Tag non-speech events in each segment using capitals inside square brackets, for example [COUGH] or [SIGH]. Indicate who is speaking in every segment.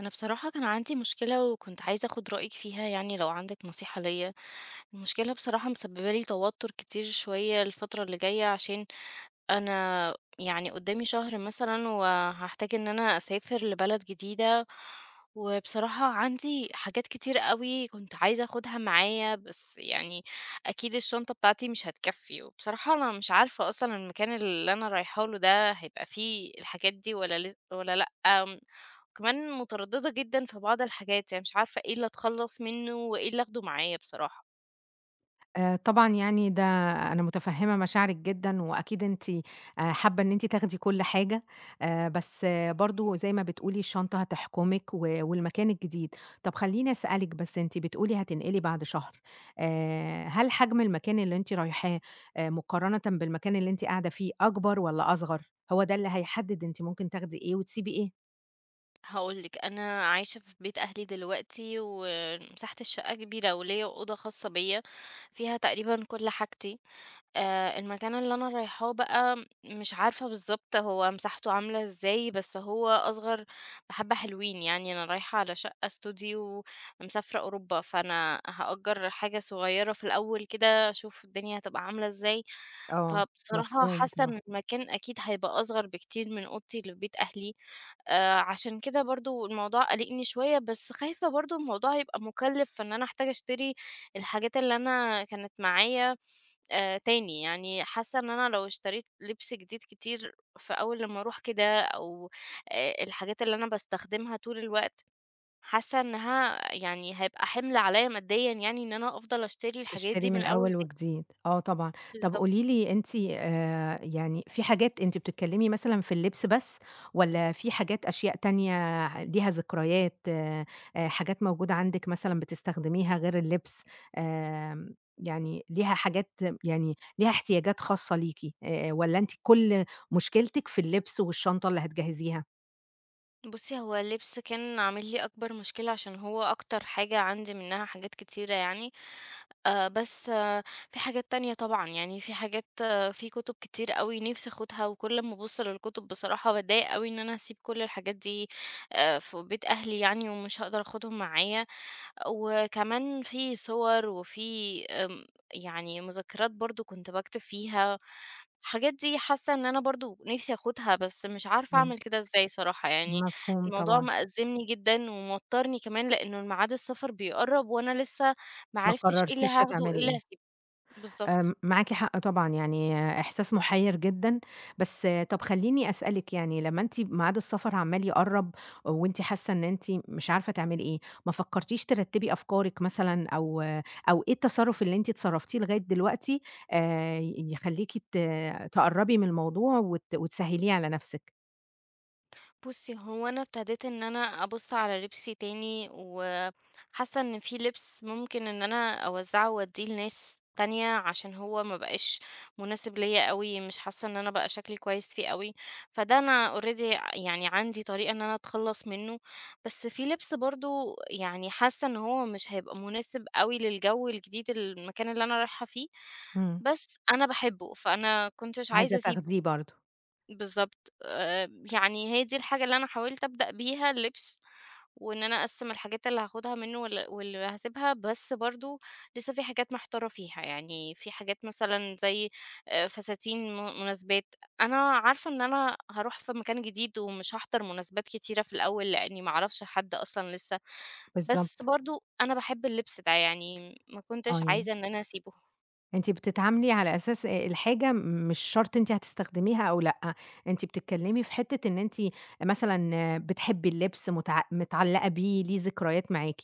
Speaker 1: انا بصراحة كان عندي مشكلة وكنت عايزة اخد رأيك فيها، يعني لو عندك نصيحة ليا. المشكلة بصراحة مسببة لي توتر كتير شوية الفترة اللي جاية، عشان انا يعني قدامي شهر مثلا وهحتاج ان انا اسافر لبلد جديدة. وبصراحة عندي حاجات كتير قوي كنت عايزة اخدها معايا، بس يعني اكيد الشنطة بتاعتي مش هتكفي. وبصراحة انا مش عارفة اصلا المكان اللي انا رايحة له ده هيبقى فيه الحاجات دي ولا ولا لا. كمان مترددة جدًا في بعض الحاجات، يعني مش عارفة إيه اللي أتخلّص منّه وإيه اللي آخده معايا بصراحة.
Speaker 2: طبعًا، يعني ده أنا مُتفهِّمة مشاعرِك جدًا، وأكيد أنتِ حابة إن أنتِ تاخدي كل حاجة. بس برضه زي ما بتقولي الشنطة هتحكُمِك و والمكان الجديد. طَب خلّيني أسألِك، بس أنتِ بتقولي هتنقلي بعد شهر. هل حجم المكان اللي أنتِ رايحاه مقارنةً بالمكان اللي أنتِ قاعدة فيه أكبر والّا أصغر؟ هو ده اللي هيحدِّد أنتِ ممكن تاخدي إيه وتسيبي إيه.
Speaker 1: هاقول لِك، أنا عايشة في بيت أهلي دلوقتي ومساحة الشقة كبيرة وليّا أوضة خاصة بيّا، فيها تقريبًا كل حاجتي. المكان اللي أنا رايحاه بقى مش عارفة بالضبط هو مساحته عاملة إزاي، بس هو أصغر بحبة حلوين، يعني أنا رايحة على شقة استوديو مسافرة أوروبا، فأنا هأجر حاجة صغيرة في الأول كده أشوف الدنيا هتبقى عاملة إزاي.
Speaker 2: آه،
Speaker 1: فبصراحة
Speaker 2: مفهوم
Speaker 1: حاسة
Speaker 2: طبعًا.
Speaker 1: إن المكان أكيد هيبقى أصغر بكتير من أوضتي اللي في بيت أهلي. عشان كده برضه الموضوع قالقني شوية، بس خايفة برضه الموضوع يبقى مُكلِّف، فإن أنا أحتاج أشتري الحاجات اللي أنا كانت معايا تاني، يعني حاسة إن أنا لو اشتريت لبس جديد كتير فأول لمّا أروح كده، أو الحاجات اللي أنا باستخدمها طول الوقت، حاسة إنها يعني هيبقى حِمل عليّا ماديًا، يعني إن أنا أفضل أشتري الحاجات دي
Speaker 2: تشتري
Speaker 1: من
Speaker 2: من
Speaker 1: الأول
Speaker 2: أول
Speaker 1: تاني.
Speaker 2: وجديد، آه طبعًا. طب
Speaker 1: بالضبط.
Speaker 2: قولي لي أنتِ، يعني في حاجات أنتِ بتتكلّمي مثلًا في اللبس بس والّا في حاجات أشياء تانية ليها ذكريات، حاجات موجودة عندِك مثلًا بتستخدميها غير اللبس، يعني ليها حاجات يعني ليها احتياجات خاصة ليكِ، والّا أنتِ كل مشكلتِك في اللبس والشنطة اللي هتجهّزيها؟
Speaker 1: بُصّي، هو اللبس كان عامل لي أكبر مشكلة، عشان هو أكتر حاجة عندي منها حاجات كتيرة يعني. بس في حاجات تانية طبعًا، يعني في حاجات، في كُتب كتير أوي نِفْسي آخُدها، وكل أمّا أبُص للكُتب بصراحة باتضايق أوي إن أنا هاسيب كل الحاجات دي في بيت أهلي يعني ومش هاقدر آخُدهم معايا. وكمان في صور وفي آمم، يعني مذكرات برضه كنت باكتب فيها، الحاجات دي حاسة إن أنا برضه نفسي آخُدها، بس مش عارفة
Speaker 2: إمم،
Speaker 1: أعمل كده إزاي صراحة، يعني
Speaker 2: مفهوم
Speaker 1: الموضوع
Speaker 2: طبعًا.
Speaker 1: مأزّمني جدًا وموتّرني كمان لإنه ميعاد السفر بيقرّب وأنا لسه ما
Speaker 2: ما
Speaker 1: عرفتش إيه اللي
Speaker 2: قررتيش
Speaker 1: هاخده وإيه
Speaker 2: هتعملي
Speaker 1: اللي
Speaker 2: إيه.
Speaker 1: هاسيبه. بالضبط.
Speaker 2: آمم، معاكِ حق طبعًا. يعني إحساس مُحيّر جدًا. بس طَب خلّيني أسألِك، يعني لمّا أنتِ ميعاد السفر عمّال يقرّب وأنتِ حاسة إن أنتِ مش عارفة تعملي إيه، ما فكّرتيش ترتّبي أفكارِك مثلًا؟ أو إيه التصرُّف اللي أنتِ اتصرّفتيه لغاية دلوقتي يخلّيكِ تقرّبي من الموضوع وتسهّليه على نَفْسِك؟
Speaker 1: بُصّي، هو أنا ابتديت إن أنا أبُص على لبسي تاني، وحاسة إن في لبس ممكن إن أنا أوزّعه وأدّيه لناس تانية عشان هو ما بقاش مناسب ليّا أوي، مش حاسة إن أنا بقى شكلي كويس فيه أوي، فده أنا already يعني عندي طريقة إن أنا أتخلّص منّه، بس في لبس برضه يعني حاسة إن هو مش هيبقى مناسب أوي للجو الجديد المكان اللي أنا رايحة فيه،
Speaker 2: إمم.
Speaker 1: بس أنا باحبه، فأنا كنتش
Speaker 2: عايزة
Speaker 1: عايزة أسيبه.
Speaker 2: تاخديه برضه.
Speaker 1: بالضبط. يعني هي دي الحاجة اللي أنا حاولت أبدأ بيها اللبس، وإن أنا أقسّم الحاجات اللي هاخدها منّه واللي هاسيبها، بس برضه لسه في حاجات محتارة فيها. يعني في حاجات مثلًا زي فساتين مناسبات، أنا عارفة إن أنا هاروح في مكان جديد ومش هاحضر مناسبات كتيرة في الأول، لإني ما أعرفش حد أصلًا لسه، بس
Speaker 2: بالضبط.
Speaker 1: برضه أنا باحب اللبس ده، يعني ما
Speaker 2: آه،
Speaker 1: كنتش
Speaker 2: يعني
Speaker 1: عايزة إن أنا أسيبه.
Speaker 2: أنتِ بتتعاملي على أساس الحاجة مش شرط أنتِ هتستخدميها أو لأ. أنتِ بتتكلمي في حتة إن أنتِ مثلًا بتحبي اللبس، متعلقة بيه، ليه ذكريات معاكِ.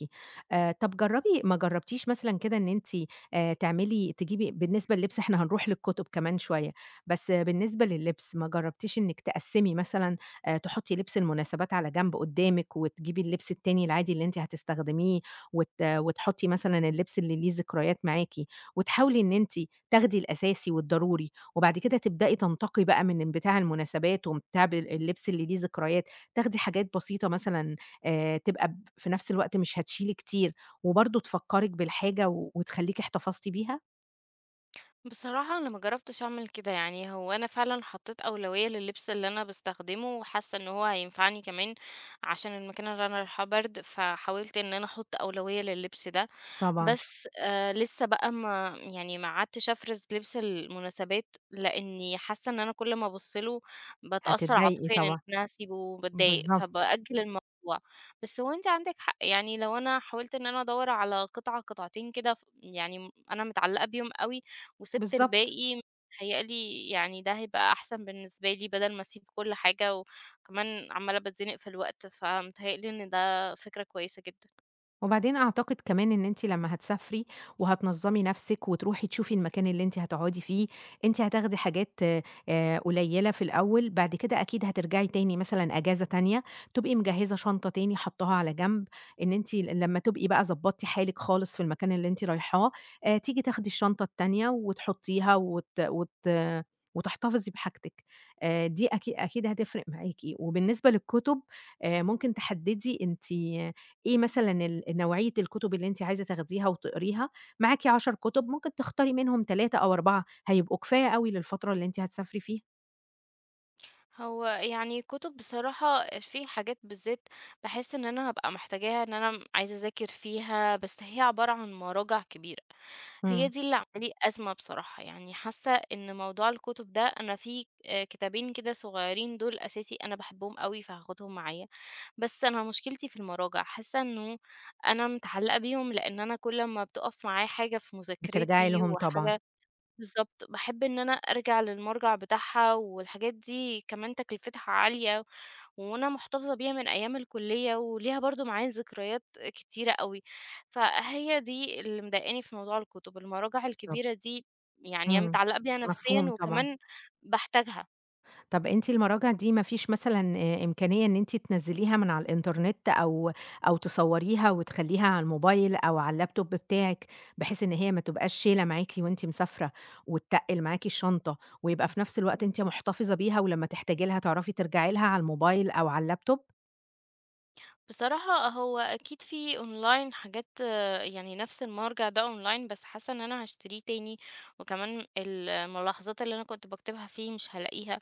Speaker 2: طب جربي، ما جربتيش مثلًا كده إن أنتِ تجيبي، بالنسبة للبس إحنا هنروح للكتب كمان شوية، بس بالنسبة لللبس ما جربتيش إنِك تقسمي مثلًا؟ تحطي لبس المناسبات على جنب قدامِك، وتجيبي اللبس التاني العادي اللي أنتِ هتستخدميه، وتحطي مثلًا اللبس اللي ليه ذكريات معاكِ. وتحاولي إن أنتِ تاخدي الأساسي والضروري، وبعد كده تبدئي تنتقي بقى من بتاع المناسبات ومن بتاع اللبس اللي ليه ذكريات. تاخدي حاجات بسيطة، مثلًا تبقى في نفس الوقت مش هتشيلي كتير، وبرضه تفكّرِك بالحاجة و وتخلّيكِ احتفظتِ بيها؟
Speaker 1: بصراحة أنا ما جربتش أعمل كده، يعني هو أنا فعلا حطيت أولوية لللبس اللي أنا بستخدمه وحاسة إن هو هينفعني كمان عشان المكان اللي أنا رايحاه برد، فحاولت إن أنا أحط أولوية لللبس ده.
Speaker 2: طبعًا،
Speaker 1: بس لسه بقى ما يعني ما قعدتش أفرز لبس المناسبات، لإني حاسة إن أنا كل ما أبُص له باتأثّر
Speaker 2: هتتضايقي
Speaker 1: عاطفيًا إن
Speaker 2: طبعًا.
Speaker 1: أنا هاسيبه وباتضايق،
Speaker 2: بالضبط.
Speaker 1: فبأجّل الموضوع. بس هو أنتِ عندِك حق، يعني لو أنا حاولت إن أنا أدوّر على قطعة، قطعتين كده، ف يعني م أنا متعلّقة بيهم أوي وسِبت
Speaker 2: بالضبط.
Speaker 1: الباقي، متهيأ لي يعني ده هيبقى أحسن بالنسبة لي بدل ما أسيب كل حاجة وكمان عمّالة باتزنق في الوقت، فمتهيأ لي إن ده فكرة كويسة جدًا.
Speaker 2: وبعدين أعتقد كمان إن أنتِ لمّا هتسافري وهتنظّمي نَفْسِك وتروحي تشوفي المكان اللي أنتِ هتقعدي فيه، أنتِ هتاخدي حاجات قليّلة في الأول. بعد كده أكيد هترجعي تاني مثلًا أجازة تانية، تبقي مجهّزة شنطة تاني حاطّاها على جنب، إن أنتِ لمّا تبقي بقى ضبّطتِ حالِك خالص في المكان اللي أنتِ رايحاه، تيجي تاخدي الشنطة التانية وتحطّيها وت وت وتحتفظي بحاجتِك. دي أكيد هتفرق معاكِ. وبالنسبة للكُتب، ممكن تحدّدي أنتِ إيه مثلًا نوعية الكتب اللي أنتِ عايزة تاخديها وتقريها. معاكِ 10 كتب، ممكن تختاري منهم 3 أو 4 هيبقوا كفاية أوي للفترة اللي أنتِ هتسافري فيها.
Speaker 1: هو يعني كتب بصراحة في حاجات بالذات باحس إن أنا هابقى محتاجاها إن أنا عايزة أذاكر فيها، بس هي عبارة عن مراجع كبيرة، هي
Speaker 2: إمم،
Speaker 1: دي اللي عاملة لي أزمة بصراحة، يعني حاسة إن موضوع الكتب ده أنا في كتابين كده صغيرين دول أساسي أنا باحبهم أوي فهاخدهم معايا، بس أنا مشكلتي في المراجع، حاسة إنه أنا متعلقة بيهم لإن أنا كل أمّا بتُقف معايا حاجة في
Speaker 2: بترجعي
Speaker 1: مذاكرتي
Speaker 2: لهم طبعًا.
Speaker 1: وحاجة، بالضبط، باحب إن أنا أرجع للمرجع بتاعها، والحاجات دي كمان تكلفتها عالية، وأنا محتفظة بيها من أيام الكلية، وليها برضه معايا ذكريات كتيرة أوي، فهي دي اللي مضايقاني في موضوع الكتب، المراجع
Speaker 2: طب
Speaker 1: الكبيرة دي، يعني أنا
Speaker 2: إمم،
Speaker 1: متعلقة بيها نفسيًا،
Speaker 2: مفهوم طبعًا.
Speaker 1: وكمان باحتاجها.
Speaker 2: طب أنتِ المراجع دي ما فيش مثلًا إمكانية إن أنتِ تنزّليها من على الإنترنت، أو أو تصوريها وتخلّيها على الموبايل أو على اللابتوب بتاعِك، بحيث إن هي ما تبقاش شايلة معاكِ وأنتِ مسافرة، وتتقِّل معاكِ الشنطة، ويبقى في نفس الوقت أنتِ محتفظة بيها، ولمّا تحتاجي لها تعرفي ترجعي لها على الموبايل أو على اللابتوب؟
Speaker 1: بصراحة هو أكيد في أونلاين حاجات آه، يعني نفس المرجع ده أونلاين، بس حاسة إن أنا هشتريه تاني، وكمان الملاحظات اللي أنا كنت بكتبها فيه مش هلاقيها.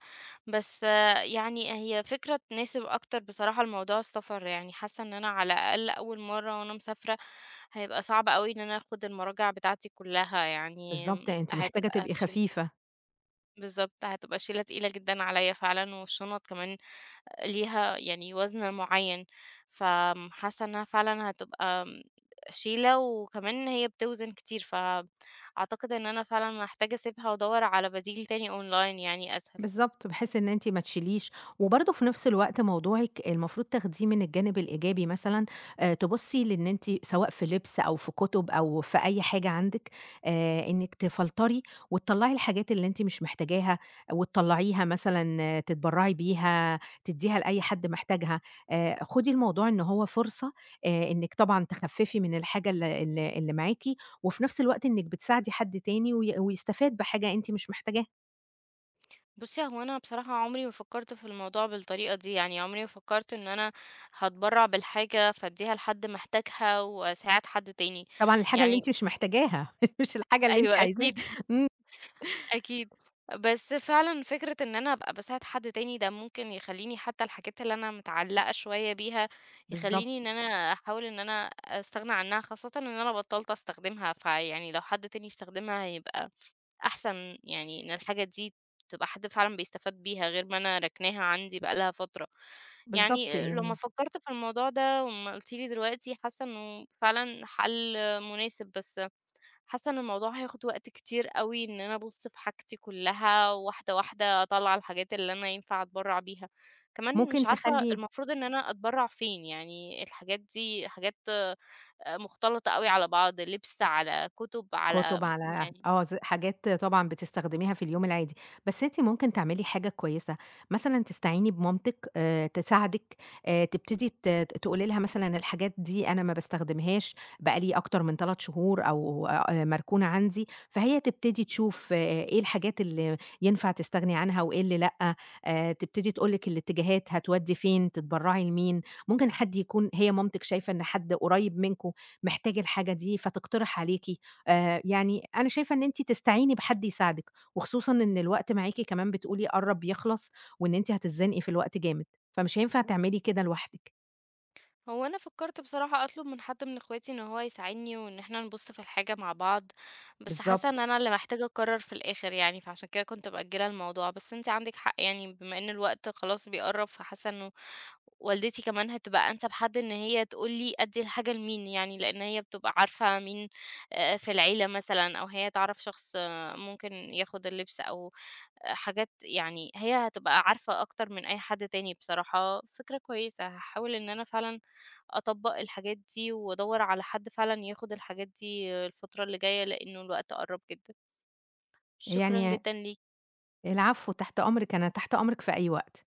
Speaker 1: بس آه، يعني هي فكرة تناسب أكتر بصراحة لموضوع السفر، يعني حاسة إن أنا على الأقل أول مرة وأنا مسافرة هيبقى صعب قوي إن أنا أخد المراجع بتاعتي كلها يعني.
Speaker 2: بالضبط، أنتِ محتاجة
Speaker 1: هتبقى
Speaker 2: تبقي
Speaker 1: شيلة-
Speaker 2: خفيفة.
Speaker 1: بالظبط هتبقى شيلة تقيلة جدا عليا فعلا، والشنط كمان ليها يعني وزن معين، فحاسة انها فعلا هتبقى شيلة، وكمان هي بتوزن كتير، فأعتقد ان انا فعلا محتاجة اسيبها وادور على بديل تاني اونلاين يعني اسهل.
Speaker 2: بالضبط، بحيث إن أنتِ ما تشيليش. وبرضه في نفس الوقت موضوعِك المفروض تاخديه من الجانب الإيجابي، مثلًا تبُصّي لإن أنتِ سواء في لبس أو في كُتب أو في أي حاجة عندِك، إنِّك تفلتري وتطلّعي الحاجات اللي أنتِ مش محتاجاها، وتطلّعيها مثلًا، آه، تتبرّعي بيها، تدّيها لأي حد محتاجها. خُدي الموضوع إن هو فرصة، إنِّك طبعًا تخفّفي من الحاجة ال ال اللي معاكِ، وفي نفس الوقت إنِّك بتساعدي حد تاني ويستفاد بحاجة أنتِ مش محتاجاها.
Speaker 1: بصي، هو انا بصراحة عمري ما فكرت في الموضوع بالطريقة دي، يعني عمري ما فكرت ان انا هتبرع بالحاجة فاديها لحد محتاجها واساعد حد تاني.
Speaker 2: طبعًا الحاجة اللي
Speaker 1: يعني
Speaker 2: أنتِ مش محتاجاها، [LAUGHS] مش الحاجة اللي أنتِ
Speaker 1: ايوه
Speaker 2: عايزاها.
Speaker 1: اكيد.
Speaker 2: إمم.
Speaker 1: أكيد. بس فعلًا فكرة إن أنا أبقى باساعد حد تاني ده ممكن يخلّيني حتى الحاجات اللي أنا متعلّقة شوية بيها، يخلّيني
Speaker 2: بالضبط.
Speaker 1: إن أنا أحاول إن أنا أستغنى عنها، خاصةً إن أنا بطّلت أستخدمها، فيعني لو حد تاني يستخدمها هيبقى أحسن، يعني إن الحاجة دي تبقى حد فعلًا بيستفاد بيها، غير ما أنا راكناها عندي بقى لها فترة.
Speaker 2: بالضبط
Speaker 1: يعني لمّا
Speaker 2: يعني.
Speaker 1: فكّرت في الموضوع ده وأمّا قُلتِ لي دلوقتي، حاسة إنه فعلًا حَل مناسب، بس حاسة إن الموضوع هياخد وقت كتير أوي إن أنا أبُص في حاجتي كلّها واحدة، واحدة أطلّع الحاجات اللي أنا ينفع أتبرّع بيها. كمان مش
Speaker 2: ممكن
Speaker 1: عارفة
Speaker 2: تخلّي
Speaker 1: المفروض إن أنا أتبرّع فين، يعني الحاجات دي حاجات مختلطة أوي على بعض، لبس، على كُتب، على
Speaker 2: كُتب، على
Speaker 1: يعني.
Speaker 2: آه، ز حاجات طبعًا بتستخدميها في اليوم العادي. بس أنتِ ممكن تعملي حاجة كويسة، مثلًا تستعيني بمامتِك، تساعدِك، تبتدي تقولي لها مثلًا الحاجات دي أنا ما باستخدمهاش بقى لي أكتر من 3 شهور، أو مركونة عندي، فهي تبتدي تشوف، آه، إيه الحاجات اللي ينفع تستغني عنها وإيه اللي لأ. تبتدي تقول لِك الاتجاهات هتودّي فين، تتبرّعي لمين، ممكن حد يكون هي مامتِك شايفة إن حد قريب منكم محتاج الحاجة دي، فتقترح عليكِ. يعني أنا شايفة إن أنتِ تستعيني بحد يساعدِك، وخصوصًا إن الوقت معاكِ كمان بتقولي قرّب يخلص، وإن أنتِ هتتزنقي في الوقت جامد، فمش هينفع تعملي كده لوحدِك.
Speaker 1: هو أنا فكّرت بصراحة أطلب من حد من إخواتي إن هو يساعدني وإن إحنا نبُص في الحاجة مع بعض، بس حاسة إن
Speaker 2: بالضبط.
Speaker 1: أنا اللي محتاجة أقرّر في الآخر يعني، فعشان كده كنت مأجّلة الموضوع، بس أنتِ عندِك حق يعني بما إن الوقت خلاص بيقرّب، فحاسة إنه والدتي كمان هتبقى أنسب حد إن هي تقول لي أدّي الحاجة لمين، يعني لإن هي بتبقى عارفة مين في العيلة مثلًا، أو هي تعرف شخص ممكن ياخد اللبس، أو حاجات، يعني هي هتبقى عارفة أكتر من أي حد تاني بصراحة. فكرة كويسة، هاحاول إن أنا فعلًا أطبّق الحاجات دي وأدوّر على حد فعلًا ياخد الحاجات دي الفترة اللي جاية لإنه الوقت قرّب جدًا. شكرًا
Speaker 2: يعني
Speaker 1: جدًا ليك.
Speaker 2: العفو، تحت أمرِك. أنا تحت أمرِك في أي وقت.